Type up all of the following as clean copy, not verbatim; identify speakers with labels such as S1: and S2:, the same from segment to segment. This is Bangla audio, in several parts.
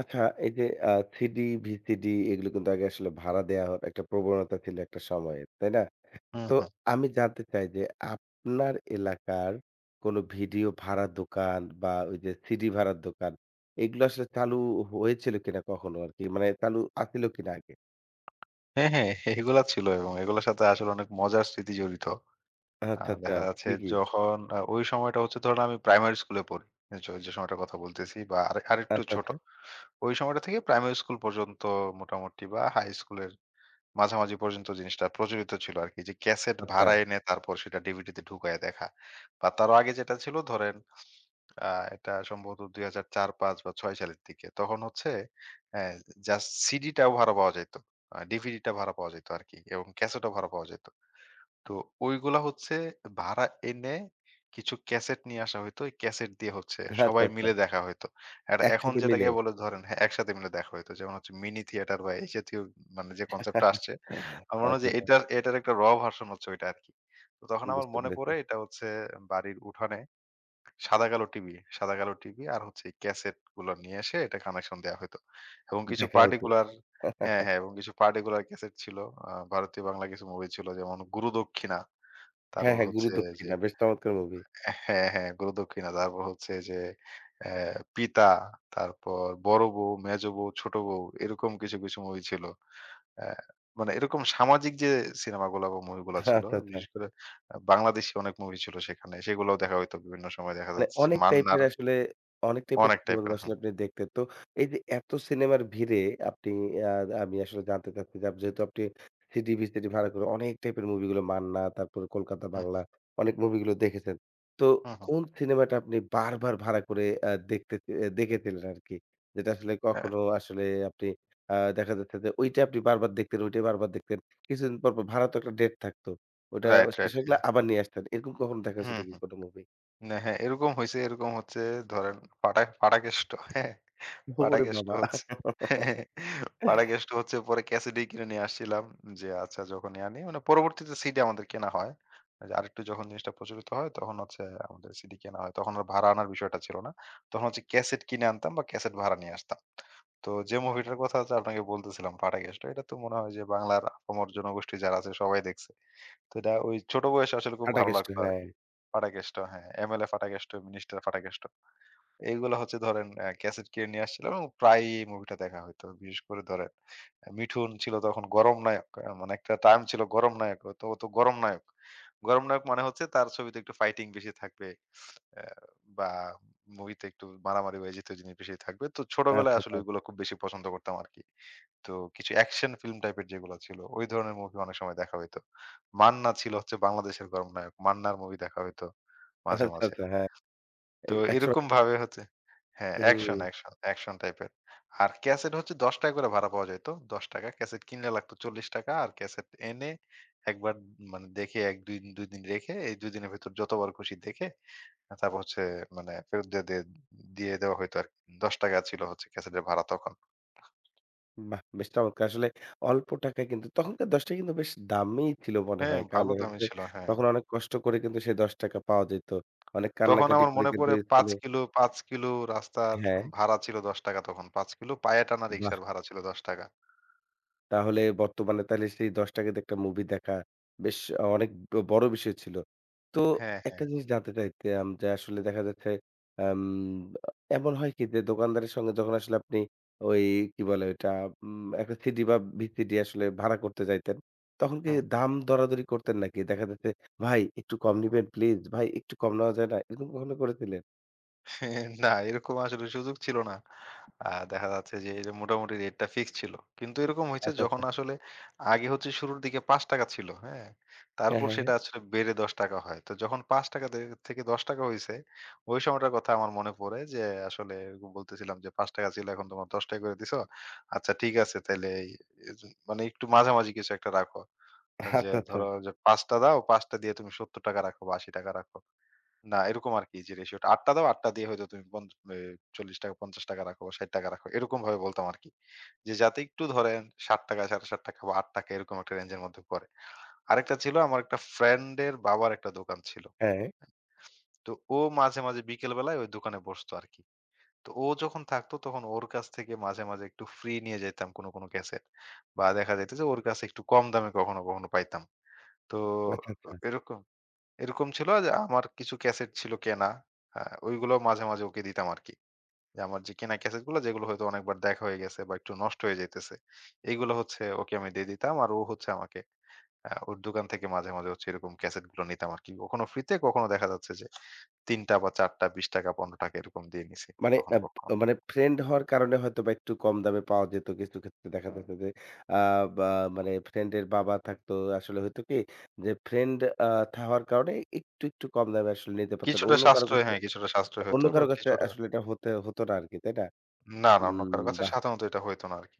S1: আচ্ছা, এই যে আ সিডি, ভিসিডি এগুলো কিন্তু আগে আসলে ভাড়া দেয়া হতো। একটা প্রবণতা ছিল একটা সময়ে, তাই না?
S2: হুম,
S1: তো
S2: হুম।
S1: আমি জানতে চাই যে আপনার এলাকার কোন ভিডিও ভাড়ার দোকান বা ওই যে সিডি ভাড়ার দোকান এগুলো আসলে চালু হয়েছিল কিনা কখনো আরকি? মানে চালু আছিল কিনা আগে?
S2: হ্যাঁ, হ্যাঁ, এগুলা ছিল এবং এগুলোর সাথে আসলে অনেক মজার স্মৃতি জড়িত।
S1: আচ্ছা, আচ্ছা।
S2: দেখা যাচ্ছে
S1: কি, কি?
S2: যখন ওই সময়টা হচ্ছে ধরুন আমি প্রাইমারি স্কুলে পড়ি। য যে সময়টার কথা বলতেছি বা আরে আরেকটু
S1: আচ্ছা,
S2: ছোট।
S1: আচ্ছা,
S2: ওই সময়টা থেকে প্রাইমারি স্কুল পর্যন্ত মোটামুটি বা হাই স্কুলের মাঝামাঝি পর্যন্ত জিনিসটা প্রচলিত ছিল আরকি। যে ক্যাসেট
S1: আচ্ছা,
S2: ভাড়া এনে তারপর সেটা ডিভিডিতে ঢুকায়ে দেখা। বা তারও আগে যেটা ছিল ধরেন আ এটা সম্ভবত ২০০৪-৫ বা ৬ সালের দিকে। তখন হচ্ছে অ্যা জাস্ট সিডিটাও ভাড়া পাওয়া যাইত। ডিভিডিটা ভাড়া পাওয়া যাইত আরকি এবং ক্যাসেটও ভাড়া পাওয়া যাইত। তো ওইগুলা হচ্ছে ভাড়া এনে কিছু ক্যাসেট নিয়ে আসা হইতো। ওই ক্যাসেট দিয়ে হচ্ছে
S1: আচ্ছা,
S2: সবাই
S1: আচ্ছা।
S2: মিলে দেখা হইতো। এটা এখন
S1: একসাথে
S2: যেটাকে
S1: মিলে।
S2: বলে ধরেন হ্যাঁ, একসাথে মিলে দেখা হইতো। যেমন হচ্ছে মিনি থিয়েটার বা এই জাতীয়, মানে যে কনসেপ্টটা আসছে, আমার
S1: আচ্ছা,
S2: মনে হয় যে
S1: আচ্ছা।
S2: এটার একটা র ভার্সন হচ্ছে ওইটা আরকি। তো তখন আমার
S1: বুঝতে
S2: মনে
S1: পেরেছি।
S2: পড়ে এটা হচ্ছে বাড়ির উঠানে সাদা কালো টিভি, সাদা কালো টিভি আর হচ্ছে এই ক্যাসেটগুলো নিয়ে এসে এটা কানেকশন দেয়া হইতো। এবং কিছু
S1: দেখা হইতো।
S2: পার্টিকুলার। হ্যাঁ, হ্যাঁ, এবং কিছু পার্টিকুলার ক্যাসেট ছিল। ভারতীয় বাংলা কিছু মুভি ছিল যেমন 'গুরুদক্ষিণা',
S1: হ্যাঁ,
S2: তারপর
S1: হ্যাঁ, 'গুরু
S2: হচ্ছে যে
S1: দক্ষিণা' বেশ চমৎকার মুভি।
S2: হ্যাঁ, হ্যাঁ, 'গুরুদক্ষিণা', তারপর হচ্ছে যে অ্যা 'পিতা', তারপর 'বড় বউ', 'মেজ বউ', 'ছোট বউ' এরকম কিছু মুভি ছিল। অ্যা মানে এরকম সামাজিক যে সিনেমাগুলা বা মুভিগুলা ছিল,
S1: আচ্ছা, আচ্ছা।
S2: বিশেষ করে বাংলাদেশী অনেক মুভি ছিল সেখানে। সেগুলোও দেখা হইতো বিভিন্ন সময় দেখা
S1: মানে
S2: যাচ্ছে যে
S1: অনেক টাইপের
S2: 'মান্নার'
S1: আসলে অনেক টাইপের
S2: অনেক টাইপের।
S1: সিনেমাগুলো আসলে আপনি দেখতেন। এই যে এত সিনেমার ভিড়ে আপনি আ আমি আসলে জানতে চাচ্ছি যে যেহেতু আপনি সিডি, ভিসিডি ভাড়া করে অনেক টাইপের মুভিগুলো মান্না, তারপরে কলকাতা
S2: হুম,
S1: বাংলা
S2: হুম,
S1: অনেক মুভিগুলো দেখেছেন। তো
S2: হুম।
S1: কোন সিনেমাটা আপনি বারবার ভাড়া করে আ দেখতে এ দেখেছিলেন আরকি? যেটা আসলে
S2: হ্যাঁ,
S1: কখনো আসলে আপনি দেখা যাচ্ছে যে ঐটা আপনি বারবার দেখতেন, ঐটাই বারবার দেখতেন। কিছুদিন পর, পর ভাড়া তো একটা ডেট থাকতো। ওটা
S2: রাইট,
S1: শেষ
S2: রাইট।
S1: হয়ে গেলে
S2: হ্যাঁ।
S1: আবার নিয়ে আসতেন। এরকম কখনো দেখা হয়েছে
S2: হুম,
S1: নাকি
S2: হুম।
S1: কোনো মুভি?
S2: না, হ্যাঁ, এরকম হইছে। এরকম হচ্ছে ধরেন পাটাকেষ্ট, হ্যাঁ?
S1: ওরে
S2: পাটাকেষ্ট
S1: বাবা!
S2: হচ্ছে পাটাকেষ্ট হচ্ছে পরে ক্যাসিডি কিনে নিয়ে আসছিলাম। যে আচ্ছা যখন ইয়া নেই মানে পরবর্তীতে সিডি আমাদের কেনা হয়। আরেকটু যখন জিনিসটা প্রচলিত হয় তখন হচ্ছে আমাদের সিডি কেনা হয়। তখন আর ভাড়া আনার বিষয়টা ছিল না। তখন হচ্ছে ক্যাসেট কিনে আনতাম বা ক্যাসেট ভাড়া নিয়ে আসতাম। তো যে মুভিটার কথা হচ্ছে আপনাকে বলতেছিলাম পাটাকেষ্ট। এটা তো মনে হয় যে বাংলার আপামর জনগোষ্ঠী যারা আছে সবাই দেখছে। তো এটা ওই ছোট বয়সে আসলে খুব
S1: ফাটা
S2: ভালো
S1: কেষ্ট
S2: লাগতো
S1: হ্যাঁ।
S2: আরকি। ফাটাকেষ্ট হ্যাঁ, এমএলএ ফাটাকেষ্ট, মিনিস্টার ফাটাকেষ্ট। এইগুলা হচ্ছে ধরেন ক্যাসেট কিনে নিয়ে আসছিলাম এবং প্রায়ই এই মুভিটা দেখা হইতো। বিশেষ করে ধরেন মিঠুন ছিল তখন গরম নায়ক। মানে একটা টার্ম ছিল গরম নায়ক। তো ও তো গরম নায়ক। গরম নায়ক মানে হচ্ছে তার ছবিতে একটু ফাইটিং বেশি থাকবে, অ্যা বা মুভিতে একটু মারামারি বা এই জাতীয় জিনিস বেশি থাকবে। তো
S1: আচ্ছা,
S2: ছোটবেলায় আসলে
S1: আচ্ছা,
S2: ওইগুলো খুব বেশি পছন্দ করতাম আরকি। তো কিছু অ্যাকশন ফিল্ম টাইপের যেগুলো ছিল, ওই ধরনের মুভি অনেক সময় দেখা হইতো। মান্না ছিল হচ্ছে বাংলাদেশের গর্বনায়ক। মান্নার মুভি দেখা হইতো মাঝে,
S1: আচ্ছা,
S2: মাঝে।
S1: আচ্ছা হ্যাঁ। এ
S2: তো
S1: একসময়
S2: এরকম ভাবে হচ্ছে হ্যাঁ,
S1: হুম,
S2: অ্যাকশন টাইপের। আর ক্যাসেট হচ্ছে ৳১০ করে ভাড়া পাওয়া যাইত। ৳১০ ক্যাসেট কিনলে লাগতো ৳৪০, আর ক্যাসেট এনে একবার মানে দেখে ১ ২ ২ দিন রেখে এই ২ দিনের ভেতর যতবার খুশি দেখে তারপর হচ্ছে মানে ফেরত দিয়ে দিয়ে দিয়ে দেওয়া হইতো আরকি। ৳১০ ছিল হচ্ছে ক্যাসেটের ভাড়া তখন।
S1: বাহ! বেশ চমৎকার। আসলে অল্প টাকায় কিন্তু তখনকার ৳১০ কিন্তু বেশ দামি ছিল মনে
S2: হ্যাঁ,
S1: হয়। কারণ
S2: ভালো
S1: দেখা
S2: দামই
S1: যাচ্ছে
S2: ছিল। হ্যাঁ।
S1: তখন অনেক কষ্ট করে কিন্তু সেই ৳১০ পাওয়া যেত। অনেক
S2: তখন
S1: কান্নাকাটি
S2: আমার
S1: করে
S2: মনে
S1: কিন্তু
S2: পড়ে ৫
S1: স্কুলে
S2: কিলো ৫ কিলো রাস্তার
S1: হ্যাঁ,
S2: ভাড়া ছিল ৳১০ তখন। ৫ কিলো পায়ে টানা
S1: বাহ!
S2: রিকশার ভাড়া ছিল ৳১০।
S1: তাহলে বর্তমানে তাইলে সেই ৳১০ দিয়ে একটা মুভি দেখা বেশ অনেক বড় বিষয় ছিল। তো
S2: হ্যাঁ,
S1: একটা জিনিস জানতে চাইতাম যে আসলে দেখা যাচ্ছে আম এমন হয় কি যে দোকানদারের সঙ্গে যখন আসলে আপনি ওই কি বলে ওইটা উম একটা সিডি বা ভিসিডি আসলে ভাড়া করতে যাইতেন, তখন কি
S2: হ্যাঁ।
S1: দাম দরাদরি করতেন নাকি? দেখা যাচ্ছে, "ভাই একটু কম নিবেন প্লিজ, ভাই একটু কম নেওয়া যায় না?" এরকম কখনো করেছিলেন?
S2: না, এরকম আসলে সুযোগ ছিল না। দেখা যাচ্ছে যে এই যে মোটামুটি রেটটা ফিক্স ছিল। কিন্তু এরকম হইছে
S1: আচ্ছা,
S2: যখন
S1: আচ্ছা।
S2: আসলে আগে হচ্ছে শুরুর দিকে ৳৫ ছিল, হ্যাঁ?
S1: হ্যাঁ,
S2: তারপর
S1: হ্যাঁ, হ্যাঁ।
S2: সেটা আসলে বেড়ে ৳১০ হয়। তো যখন ৳৫ তে থেকে ৳১০ হইছে, ওই সময়টার কথা আমার মনে পড়ে যে আসলে এরকম বলতেছিলাম যে ৳৫ ছিল এখন তোমরা ৳১০ করে দিছো। আচ্ছা, ঠিক আছে, তাইলে এই এজ মানে একটু মাঝামাঝি কিছু একটা রাখো। যে
S1: আচ্ছা, আচ্ছা।
S2: ধরো যে ৳৫ দাও, ৳৫ দিয়ে তুমি ৳৭০ রাখো বা ৳৮০ রাখো। না, এরকম আরকি যে রেশিওটা ৮ টা দাও, ৮ টা দিয়ে হয়তো তুমি পন এ ৳৪০, ৳৫০ রাখো বা ৳৬০ রাখো। এরকমভাবে বলতাম আরকি। যে যাতে একটু ধরেন ৳৬০, ৳৬.৫ বা ৳৮ এরকম একটা রেঞ্জের মধ্যে পড়ে। আরেকটা ছিল, আমার একটা ফ্রেন্ডের বাবার একটা দোকান ছিল।
S1: হ্যাঁ,
S2: তো ও মাঝে মাঝে বিকেল বেলায় ওই দোকানে বসতো আরকি। তো ও যখন থাকতো তখন ওর কাছ থেকে মাঝে মাঝে একটু ফ্রি নিয়ে যাইতাম কোনো ক্যাসেট। বা দেখা যাইত যে ওর কাছে একটু কম দামে কখনো কখনো পাইতাম। তো
S1: আচ্ছা, আচ্ছা।
S2: এরকম এরকম ছিল যে আমার কিছু ক্যাসেট ছিল কেনা। হ্যাঁ, ওইগুলো মাঝে মাঝে ওকে দিতাম আরকি। যে আমার যে কেনা ক্যাসেটগুলো যেগুলো হয়তো অনেকবার দেখা হয়ে গেছে বা একটু নষ্ট হয়ে যাইতেছে। এইগুলো হচ্ছে ওকে আমি দিয়ে দিতাম। আর ও হচ্ছে আমাকে ওর দোকান থেকে মাঝে মাঝে হচ্ছে এরকম ক্যাসেটগুলো নিতাম আরকি। কখনো ফ্রিতে, কখনো দেখা যাচ্ছে যে ৩ টা বা ৪ টা ৳20 ৳15 এরকম দিয়ে নিছি
S1: মানে
S2: কখনো,
S1: আব
S2: কখনো।
S1: মানে ফ্রেন্ড হওয়ার কারণে হয়তোবা একটু কম দামে পাওয়া যেত। কিছু ক্ষেত্রে দেখা যেত যে আ বা মানে ফ্রেন্ডের বাবা থাকতো। আসলে হয়তো কি যে ফ্রেন্ড আ থা হওয়ার কারণে একটু, একটু কম দামে আসলে নিতে পারতেন।
S2: কিছুটা
S1: অন্য কারো
S2: সাশ্রয়
S1: কাছে
S2: হ্যাঁ, কিছুটা সাশ্রয়
S1: অন্য
S2: হতো বা
S1: কারো কাছে
S2: কিছুটা।
S1: আসলে এটা হতে হতো না আরকি। তাই না?
S2: না, না, অন্য
S1: হুম,
S2: কারো কাছে
S1: বাহ!
S2: সাধারণত এটা হইতো না আরকি।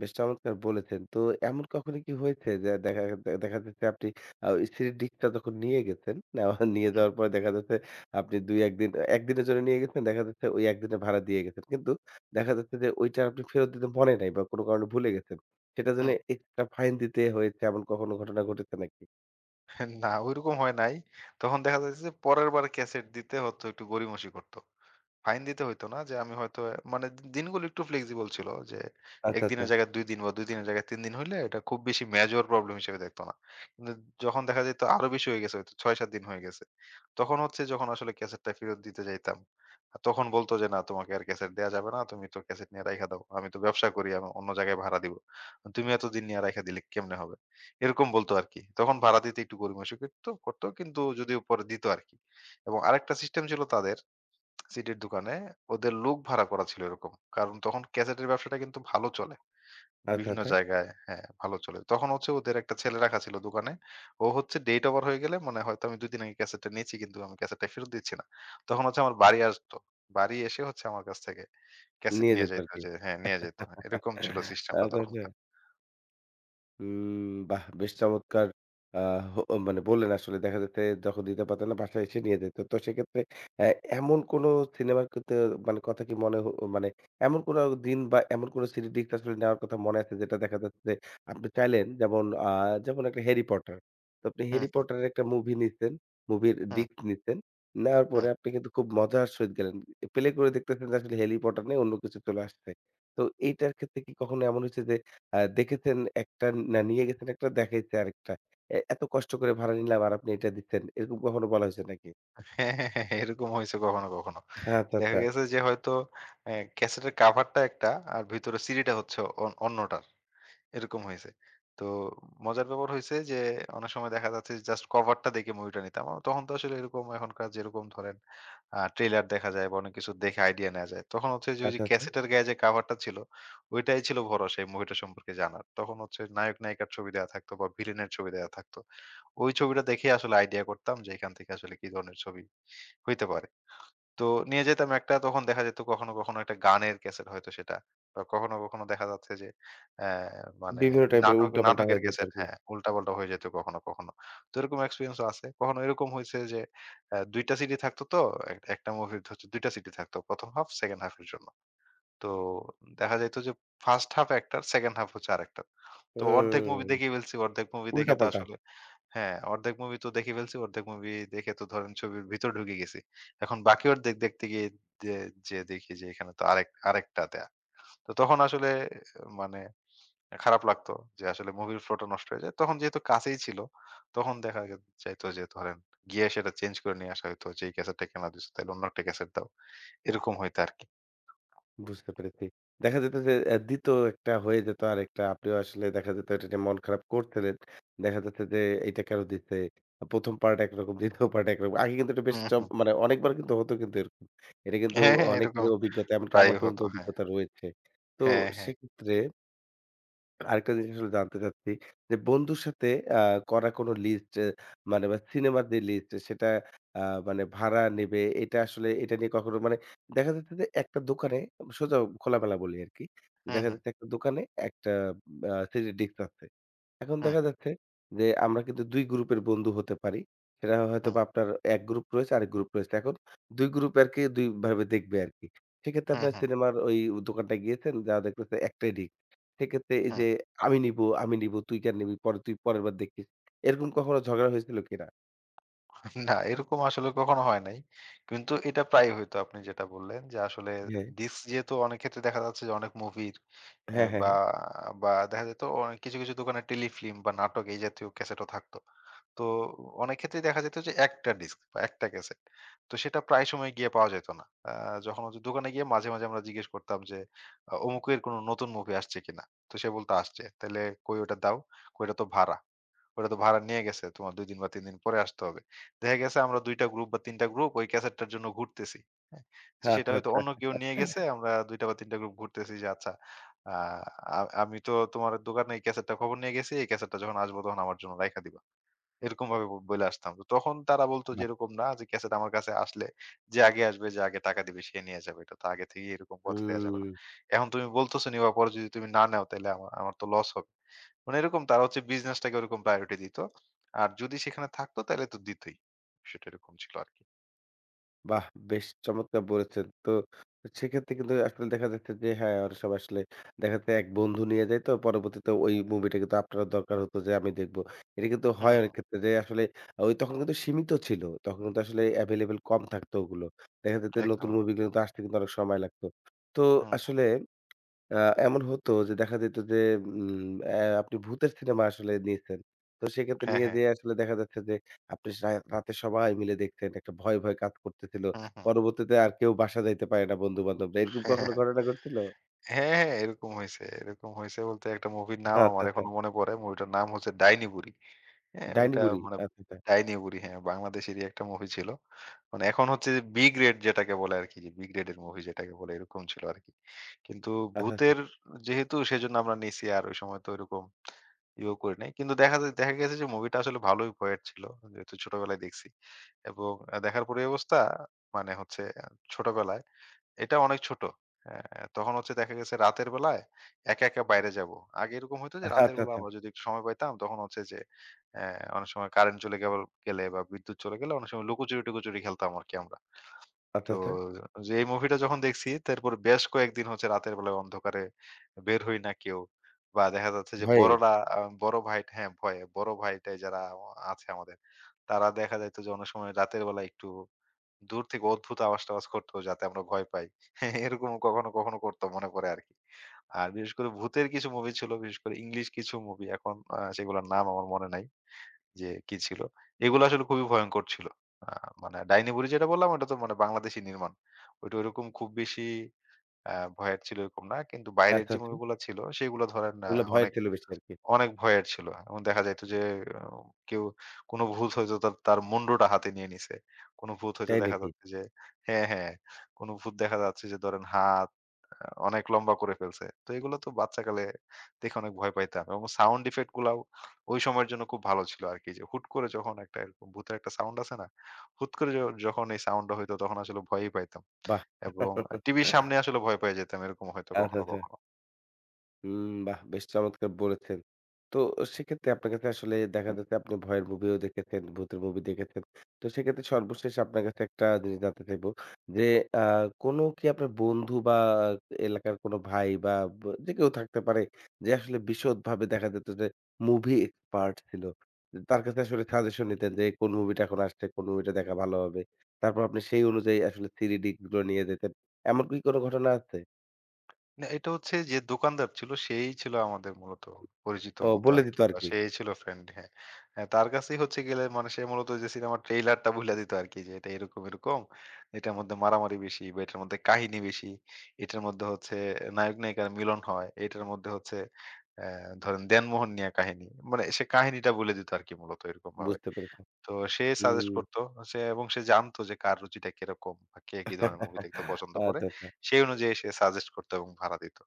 S1: বেশ চমৎকার বলেছেন। এমন কখনো কি হয়েছে যে দেখা দেখা যাচ্ছে আপনি স্ত্রীর দিকটা যখন নিয়ে গেছেন, নেওয়া নিয়ে
S2: হুম,
S1: যাওয়ার পরে দেখা যাচ্ছে আপনি ২-১ দিন ১ দিনের জন্য নিয়ে গেছেন, দেখা যাচ্ছে ওই ১ দিনের ভাড়া দিয়ে গেছেন। কিন্তু দেখা যাচ্ছে যে ওইটা আপনি ফেরত দিতে মনে নাই বা কোনো কারণে ভুলে গেছেন। সেটার জন্য
S2: হুম।
S1: এক্সট্রা ফাইন দিতে হয়েছে এমন কখনো ঘটনা ঘটেছে নাকি?
S2: না, ঐরকম হয় নাই। তখন দেখা যাচ্ছে যে পরের বার ক্যাসেট দিতে হতো একটু গড়িমসি করত। ফাইন দিতে হইতো না, যে আমি হয়তো মানে দিনগুলো একটু ফ্লেক্সিবল ছিল যে ১
S1: আচ্ছা, আচ্ছা,
S2: দিনের জায়গায় ২ দিন বা ২ দিনের জায়গায় ৩ দিন হইলে এটা খুব বেশি মেজর প্রবলেম হিসেবে দেখতো না। কিন্তু যখন দেখা যেত আরো বেশি হয়ে গেছে হয়তো ৬-৭ দিন হয়ে গেছে। তখন হচ্ছে যখন আসলে ক্যাসেটটা ফেরত দিতে যাইতাম, আর তখন বলত যে, "না, তোমাকে আর ক্যাসেট দেয়া যাবে না। তুমি তো ক্যাসেট নিয়ে রাইখা দাও। আমি তো ব্যবসা করি। আমি অন্য জায়গায় ভাড়া দিব। তুমি এতদিন নিয়ে রাইখা দিলে কেমনে হবে?" এরকম বলত আরকি। তখন ভাড়া দিতে একটু গড়িমসি করত করত কিন্তু যদিও পরে দিত আরকি। এবং আরেকটা সিস্টেম ছিল তাদের সিডির দোকানে ওদের লোক ভাড়া করা ছিল এরকম। কারণ তখন ক্যাসেটের ব্যবসাটা কিন্তু ভালো চলে।
S1: আচ্ছা,
S2: বিভিন্ন
S1: আচ্ছা।
S2: জায়গায় হ্যাঁ, ভালো চলে। তখন হচ্ছে ওদের একটা ছেলে রাখা ছিল দোকানে। ও হচ্ছে ডেট ওভার হয়ে গেলে মানে হয়তো আমি ২ দিন আগে ক্যাসেটটা নিয়েছি কিন্তু আমি ক্যাসেটটা ফেরত দিচ্ছি না। তখন হচ্ছে আমার বাড়ি আসতো। বাড়ি এসে হচ্ছে আমার কাছ থেকে ক্যাসেট
S1: নিয়ে
S2: নিয়ে
S1: যেত
S2: যাইত
S1: আরকি।
S2: যে হ্যাঁ, নিয়ে যাইত। এরকম ছিল সিস্টেমটা
S1: আচ্ছা, আচ্ছা।
S2: তখনকার।
S1: হুম, বাহ! বেশ চমৎকার আ হো মানে বললেন আসলে দেখা যাচ্ছে যখন দিতে পারতেন না বাসায় এসে নিয়ে যেত। তো সেক্ষেত্রে অ্যা এমন কোন সিনেমার কতে মানে কথা কি মনে হো মানে এমন কোন দিন বা এমন কোন সিরিজ ডিস্ক আসলে নেওয়ার কথা মনে আছে যেটা দেখা যাচ্ছে যে আপনি চাইলেন যেমন যেমন একটা 'হ্যারি পটার।' তো আপনি
S2: হুম,
S1: 'হ্যারি
S2: হুম,
S1: পটারের' একটা মুভি নিছেন, মুভির
S2: হুম,
S1: ডিস্ক নিছেন। নেওয়ার
S2: হুম।
S1: পরে আপনি কিন্তু খুব মজার সহিত গেলেন। প্লে করে দেখতেছেন যে আসলে 'হ্যারি পটার' নেই অন্য কিছু চলে আসছে। তো এইটার ক্ষেত্রে কি কখনো এমন হয়েছে যে আ দেখেছেন একটা না নিয়ে গেছেন একটা দেখাইছে আরেকটা। এ এত কষ্ট করে ভাড়া নিলাম আর আপনি এটা দিচ্ছেন। এরকম কখনো বলা হয়েছে নাকি?
S2: হ্যাঁ, হ্যাঁ, হ্যাঁ, এরকম হইছে কখনো কখনো।
S1: আচ্ছা,
S2: দেখা
S1: আচ্ছা,
S2: গেছে যে হয়তো ক্যাসেটের কাভারটা একটা আর ভিতরে সিডিটা হচ্ছে অন্যটার। এরকম হয়েছে। তো মজার ব্যাপার হইছে যে, অনেক সময় দেখা যাচ্ছে যে জাস্ট কভারটা দেখে মুভিটা নিতাম। তখন তো আসলে এরকম এখনকার যেরকম ধরেন ট্রেইলার দেখা যায় বা অনেক কিছু দেখে আইডিয়া নেয়া যায়। তখন হচ্ছে যে ওই যে
S1: আচ্ছা, আচ্ছা।
S2: ক্যাসেটের গায়ে যে কভারটা ছিল, ওইটাই ছিল ভরসা এই মুভিটা সম্পর্কে জানার। তখন হচ্ছে নায়ক নায়িকার ছবি দেয়া থাকতো বা ভিলেনের ছবি দেয়া থাকতো। ওই ছবিটা দেখেই আসলে আইডিয়া করতাম যে এখান থেকে আসলে কি ধরনের ছবি হইতে পারে। তো নিয়ে যেতাম একটা তখন দেখা যেত কখনো কখনো একটা গানের ক্যাসেট হয়তো সেটা। বা কখনো কখনো দেখা যাচ্ছে যে অ্যা মানে
S1: বিভিন্ন টাইপের
S2: নাটক
S1: উল্টাপাল্টা
S2: নাটকের
S1: হয়ে যেত
S2: ক্যাসেট
S1: আরকি।
S2: হ্যাঁ, উল্টা-পাল্টা হয়ে যেত কখনো কখনো। তো এরকম এক্সপেরিয়েন্স ও আছে। কখনো এরকম হইছে যে ২ টা সিডি থাকতো তো একটা মুভির হচ্ছে ২ টা সিডি থাকতো। ১ম হাফ, সেকেন্ড হাফ এর জন্য। তো দেখা যাইত যে ফার্স্ট হাফ একটার, সেকেন্ড হাফ হচ্ছে আরেকটার। তো অর্ধেক মুভি
S1: হুম,
S2: দেখেই ফেলছি। অর্ধেক মুভি দেখে তো
S1: উল্টাপাল্টা।
S2: আসলে হ্যাঁ, অর্ধেক মুভি তো দেখে ফেলছি। অর্ধেক মুভি দেখে তো ধরেন ছবির ভিতর ঢুকে গেছি। এখন বাকি অর্ধেক দেখতে গিয়ে যে যেয়ে দেখি যে এখানে তো আরেকটা দেয়া। তো তখন আসলে মানে খারাপ লাগতো যে আসলে মুভির ফ্লোটা নষ্ট হয়ে যায়। তখন যেহেতু কাছেই ছিল, তখন দেখা গে যাইত যে ধরেন গিয়ে সেটা চেঞ্জ করে নিয়ে আসা হইতো। যে এই ক্যাসেটটা কেন দিছো? তাইলে অন্য একটা ক্যাসেট দাও। এরকম হইতো আরকি।
S1: বুঝতে পেরেছি। দেখা যেত যে ২য় একটা হয়ে যেত আরেকটা। আপনিও আসলে দেখা যেত এটা নিয়ে মন খারাপ করছিলেন। দেখা যাচ্ছে যে এইটা কেন দিছে? ১ম পার্ট একরকম ২য় পার্ট একরকম। আগে কিন্তু এটা বেশ
S2: হুম,
S1: চম
S2: হুম।
S1: মানে অনেকবার কিন্তু হতো কিন্তু এরকম। এটা কিন্তু
S2: হ্যাঁ, হ্যাঁ, এরকম
S1: অনেকের অভিজ্ঞতা এমনকি আমার
S2: প্রায়ই
S1: পর্যন্ত
S2: হতো। হ্যাঁ,
S1: অভিজ্ঞতা রয়েছে। তো
S2: হ্যাঁ, হ্যাঁ।
S1: সেক্ষেত্রে আরেকটা জিনিস আসলে জানতে চাচ্ছি যে বন্ধুর সাথে আ করা কোনো লিস্ট মানে বা সিনেমার যে লিস্ট সেটা আ মানে ভাড়া নেবে এটা আসলে এটা নিয়ে কখনো মানে দেখা যাচ্ছে যে একটা দোকানে সোজা খোলামেলা বলি আরকি।
S2: হুম,
S1: দেখা
S2: হুম,
S1: যাচ্ছে একটা দোকানে একটা থ্রি ডি ডিস্ক আছে। এখন
S2: হুম,
S1: দেখা যাচ্ছে যে আমরা কিন্তু ২ গ্রুপের বন্ধু হতে পারি। সেটা
S2: হুম,
S1: হয়তোবা আপনার এক গ্রুপ রয়েছে, আরেক গ্রুপ রয়েছে। এখন ২ গ্রুপ আরকি ২ ভাবে দেখবে আরকি। সেক্ষেত্রে
S2: হুম,
S1: আপনার
S2: হুম,
S1: সিনেমার ওই দোকানটায় গিয়েছেন, যা দেখতেছে একটাই ডিস্ক। সেক্ষেত্রে এই
S2: হুম।
S1: যে আমি নিবো, আমি নিবো, তুই কেন নিবি? পরে তুই পরের বার দেখিস। এরকম কখনো ঝগড়া হয়েছিল কিনা?
S2: না, এরকম আসলে কখনো হয় নাই। কিন্তু এটা প্রায়ই হইতো আপনি যেটা বললেন যে আসলে
S1: হ্যাঁ।
S2: ডিস্ক যেহেতু অনেক ক্ষেত্রে দেখা যাচ্ছে যে অনেক মুভির অ্যা
S1: হ্যাঁ, হ্যাঁ,
S2: বা
S1: হ্যাঁ।
S2: বা দেখা যেত অনেক কিছু দোকানে টেলিফিল্ম বা নাটক এই জাতীয় ক্যাসেটও থাকতো। তো অনেক ক্ষেত্রেই দেখা যেত যে একটা ডিস্ক বা একটা ক্যাসেট। তো সেটা প্রায় সময় গিয়ে পাওয়া যেত না। আ যখন হচ্ছে দোকানে গিয়ে মাঝে মাঝে আমরা জিজ্ঞেস করতাম যে অমুকের কোনো নতুন মুভি আসছে কিনা? তো সে বলতো আসছে। তাইলে কই ওটা দাও? কই, ওটা তো ভাড়া। ওটা তো ভাড়া নিয়ে গেছে। তোমার ২ দিন বা ৩ দিন পরে আসতে হবে। দেখা গেছে আমরা ২ টা গ্রুপ বা ৩ টা গ্রুপ ওই ক্যাসেটটার জন্য ঘুরতেছি। হ্যাঁ? যে সেটা
S1: আচ্ছা,
S2: হয়তো
S1: আচ্ছা।
S2: অন্য কেউ নিয়ে গেছে। আমরা ২ টা বা ৩ টা গ্রুপ ঘুরতেছি যে আচ্ছা, আ আ আমি তো তোমার দোকানে এই ক্যাসেটটার খবর নিয়ে গেছি। এই ক্যাসেটটা যখন আসবো তখন আমার জন্য রাইখা দিবা। এরকম ভাবে বইলা আসতাম। তো তখন তারা বলতো যে
S1: বাহ!
S2: এরকম না যে ক্যাসেট আমার কাছে আসলে যে আগে আসবে, যে আগে টাকা দিবে সে নিয়ে যাবে। এটা তো আগে থেকেই এরকম কথা দেয়া
S1: হুম,
S2: যাবে না। এখন তুমি বলতেছো নিবা পরে যদি তুমি না নেও তাইলে আমার তো লস হবে। মানে এরকম তারা হচ্ছে বিজনেসটাকে ওরকম প্রায়োরিটি দিত। আর যদি সেখানে থাকতো তাইলে তো দিতই। সেটা এরকম ছিল আরকি।
S1: বাহ! বেশ চমৎকার বলেছেন। তো সেক্ষেত্রে কিন্তু আসলে দেখা যাচ্ছে যে হ্যাঁ, অনেক সময় আসলে দেখা যাচ্ছে এক বন্ধু নিয়ে যায় তো পরবর্তীতে ওই মুভিটা কিন্তু আপনার দরকার হতো যে আমি দেখবো। এটা কিন্তু
S2: হুম,
S1: হয় অনেক
S2: হুম।
S1: ক্ষেত্রে যে আসলে ওই তখন কিন্তু সীমিত ছিল। তখন কিন্তু আসলে এভেইলেবল কম থাকতো ওগুলো। দেখা যেত
S2: একদম,
S1: নতুন মুভিগুলো
S2: একদম।
S1: কিন্তু আসতে কিন্তু অনেক সময় লাগতো। তো
S2: হ্যাঁ। হুম, হুম।
S1: আসলে আ এমন হতো যে দেখা যেত যে উম অ্যা আপনি ভূতের সিনেমা আসলে নিয়েছেন। তো সেক্ষেত্রে
S2: হ্যাঁ,
S1: নিয়ে
S2: হ্যাঁ।
S1: যেয়ে আসলে দেখা যাচ্ছে যে আপনি রাতে সবাই মিলে দেখছেন একটা ভয়, ভয় কাজ করতেছিল।
S2: হুম, হুম।
S1: পরবর্তীতে আর কেউ বাসা যাইতে পারে না বন্ধু-বান্ধবরা। এরকম
S2: হ্যাঁ, হ্যাঁ,
S1: কখনো
S2: হ্যাঁ।
S1: ঘটনা ঘটছিল?
S2: হ্যাঁ, হ্যাঁ, এরকম হইছে। এরকম হইছে বলতে একটা মুভির নাম
S1: আচ্ছা,
S2: আমার
S1: আচ্ছা।
S2: এখনো মনে পড়ে। মুভিটার নাম হচ্ছে 'ডাইনি বুড়ি'। হ্যাঁ,
S1: ডাইনি
S2: ওইটা
S1: বুড়ি।
S2: মানে
S1: আচ্ছা, আচ্ছা।
S2: ডাইনিবুড়ি হ্যাঁ, বাংলাদেশেরই একটা মুভি ছিল। মানে এখন হচ্ছে যে বি গ্রেড যেটাকে বলে আরকি যে বি গ্রেডের মুভি যেটাকে বলে এরকম ছিল আরকি। কিন্তু
S1: আচ্ছা, আচ্ছা।
S2: ভূতের যেহেতু সেজন্য আমরা নিছি আর ওই সময় তো ওইরকম ইয়েও করি নাই। কিন্তু দেখা গেছে যে মুভিটা আসলে ভালোই ভয়ের ছিল। যেহেতু ছোটবেলায় দেখছি। এবং দেখার পরে এই অবস্থা, মানে হচ্ছে ছোটবেলায় এটা অনেক ছোট। হ্যাঁ, তখন হচ্ছে দেখা গেছে রাতের বেলায় একা একা বাইরে যাবো। আগে এরকম হইতো যে রাতের
S1: আচ্ছা,
S2: বেলা
S1: আচ্ছা।
S2: আমরা যদি একটু সময় পাইতাম তখন হচ্ছে যে অ্যা অনেক সময় কারেন্ট চলে গেল গেলে বা বিদ্যুৎ চলে গেলে অনেক সময় লুকোচুরি-টুকোচুরি খেলতাম আরকি আমরা। তো
S1: আচ্ছা, আচ্ছা।
S2: যে এই মুভিটা যখন দেখছি তারপরে বেশ কয়েকদিন হচ্ছে রাতের বেলায় অন্ধকারে বের হই না কেউ। বা দেখা যাচ্ছে যে
S1: ভয়ে?
S2: বড়রা বড় ভাই হ্যাঁ, ভয়ে বড় ভাইটাই যারা আছে আমাদের, তারা দেখা যাইত যে অনেক সময় রাতের বেলায় একটু দূর থেকে অদ্ভুত আওয়াজ-টাওয়াজ করতো যাতে আমরা ভয় পাই। এরকম কখনো কখনো করতো মনে পড়ে আরকি। আর বিশেষ করে ভূতের কিছু মুভি ছিল, বিশেষ করে ইংলিশ কিছু মুভি এখন সেগুলোর নাম আমার মনে নাই যে কি ছিল। এগুলো আসলে খুবই ভয়ংকর ছিল। আ মানে ডাইনি বুড়ি যেটা বললাম ওটা তো মানে বাংলাদেশী নির্মাণ। ওইটা ওইরকম খুব বেশি ভয়ের ছিল এরকম না। কিন্তু বাইরের
S1: আচ্ছা,
S2: যে
S1: আচ্ছা।
S2: মুভিগুলা ছিল সেগুলো ধরেন
S1: ওগুলা ভয়ের
S2: অনেক
S1: ছিল বেশি আরকি।
S2: অনেক ভয়ের ছিল। এবং দেখা যাইত যে আ কেউ কোন ভূত হয়তো তার তার মুন্ডটা হাতে নিয়ে নিছে। কোন ভূত হয়তো
S1: তাই
S2: দেখা
S1: নাকি?
S2: যাচ্ছে যে হ্যাঁ, হ্যাঁ। কোন ভূত দেখা যাচ্ছে যে ধরেন হাত অনেক লম্বা করে ফেলছে। তো এগুলো তো বাচ্চাকালে দেখে অনেক ভয় পাইতাম। এবং সাউন্ড ইফেক্ট গুলাও ওই সময়ের জন্য খুব ভালো ছিল আরকি। যে হুট করে যখন একটা এরকম ভূতের একটা সাউন্ড আছে না? হুট করে যখন এই সাউন্ডটা হইতো তখন আসলে ভয়ই পাইতাম।
S1: বাহ!
S2: এবং টিভির সামনে আসলে ভয় পেয়ে যেতাম এরকম হয়তো
S1: আচ্ছা,
S2: কখনো,
S1: আচ্ছা।
S2: কখনো।
S1: হুম, বাহ! বেশ চমৎকার বলেছেন। তো সেক্ষেত্রে আপনার কাছে আসলে দেখা যাচ্ছে আপনি ভয়ের মুভিও দেখেছেন, ভূতের মুভি দেখেছেন। তো সেক্ষেত্রে সর্বশেষ আপনার কাছে একটা জিনিস জানতে চাইবো যে, আ কোনো কি আপনার বন্ধু বা এলাকার কোনো ভাই বা যে কেউ থাকতে পারে যে আসলে বিশদভাবে দেখা যেত যে মুভি এক্সপার্ট ছিল। তার কাছে আসলে সাজেশন নিতেন যে কোন মুভিটা এখন আসছে, কোন মুভিটা দেখা ভালো হবে। তারপর আপনি সেই অনুযায়ী আসলে সিডি ডিস্ক গুলো নিয়ে যেতেন। এমন কি কোনো ঘটনা আছে?
S2: না, এটা হচ্ছে যে দোকানদার ছিল সেই ছিল আমাদের মূলত পরিচিতর
S1: ও
S2: মতো
S1: বলে দিত
S2: আরকি বা
S1: আরকি।
S2: সেই ছিল ফ্রেন্ড হ্যাঁ। হ্যাঁ, তার কাছেই হচ্ছে গেলে মানে সে মূলত যে সিনেমার ট্রেইলারটা বুইলা দিত আরকি যে এটা এরকম। এটার মধ্যে মারামারি বেশি বা এটার মধ্যে কাহিনী বেশি। এটার মধ্যে হচ্ছে নায়ক-নায়িকার মিলন হয়। এটার মধ্যে হচ্ছে অ্যা ধরেন দেনমোহর নিয়া কাহিনী। মানে সে কাহিনীটা বলে দিত আরকি মূলত এরকমভাবে।
S1: বুঝতে পেরেছি।
S2: তো সে সাজেস্ট
S1: হুম।
S2: করত। সে জানতো যে কার রুচিটা কিরকম বা কে কি ধরনের মুভি দেখতে
S1: আচ্ছা,
S2: পছন্দ করে।
S1: আচ্ছা।
S2: সেই অনুযায়ী সে সাজেস্ট করত এবং ভাড়া দিত।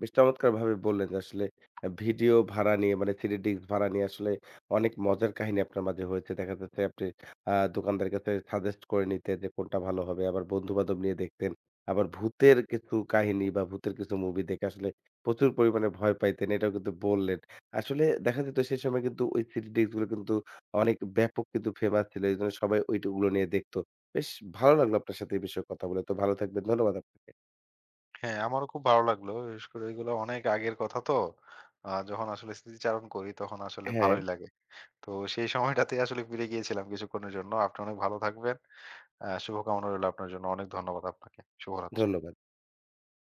S1: বেশ চমৎকারভাবে বললেন যে আসলে ভিডিও ভাড়া নিয়ে মানে থ্রি ডিস্ক ভাড়া নিয়ে আসলে অনেক মজার কাহিনী আপনার মাঝে হয়েছে। দেখা যাচ্ছে আপনি দোকানদারের কাছে সাজেস্ট করে নিতেন যে কোনটা ভালো হবে। আবার বন্ধু-বান্ধব নিয়ে দেখতেন। আবার ভূতের কিছু কাহিনী বা ভূতের কিছু মুভি দেখে আসলে প্রচুর পরিমাণে ভয় পাইতেন এটাও কিন্তু বললেন। আসলে দেখা যেত সেই সময় কিন্তু ওই থ্রি ডিস্ক গুলো কিন্তু অনেক ব্যাপক কিন্তু ফেমাস ছিল। এজন্য সবাই ওইগুলো নিয়ে দেখত। বেশ ভালো লাগলো আপনার সাথে এই বিষয়ে কথা বলে। তো ভালো থাকবেন। ধন্যবাদ আপনাকে।
S2: হ্যাঁ, আমারও খুব ভালো লাগলো। বিশেষ করে এগুলো অনেক আগের কথা তো। যখন আসলে স্মৃতিচারণ করি তখন আসলে
S1: হ্যাঁ,
S2: ভালোই লাগে। তো সেই সময়টাতে আসলে ফিরে গিয়েছিলাম কিছুক্ষণের জন্য। আপনি অনেক ভালো থাকবেন। শুভকামনা রইলো আপনার জন্য। অনেক ধন্যবাদ আপনাকে। শুভরাত্রি।
S1: ধন্যবাদ।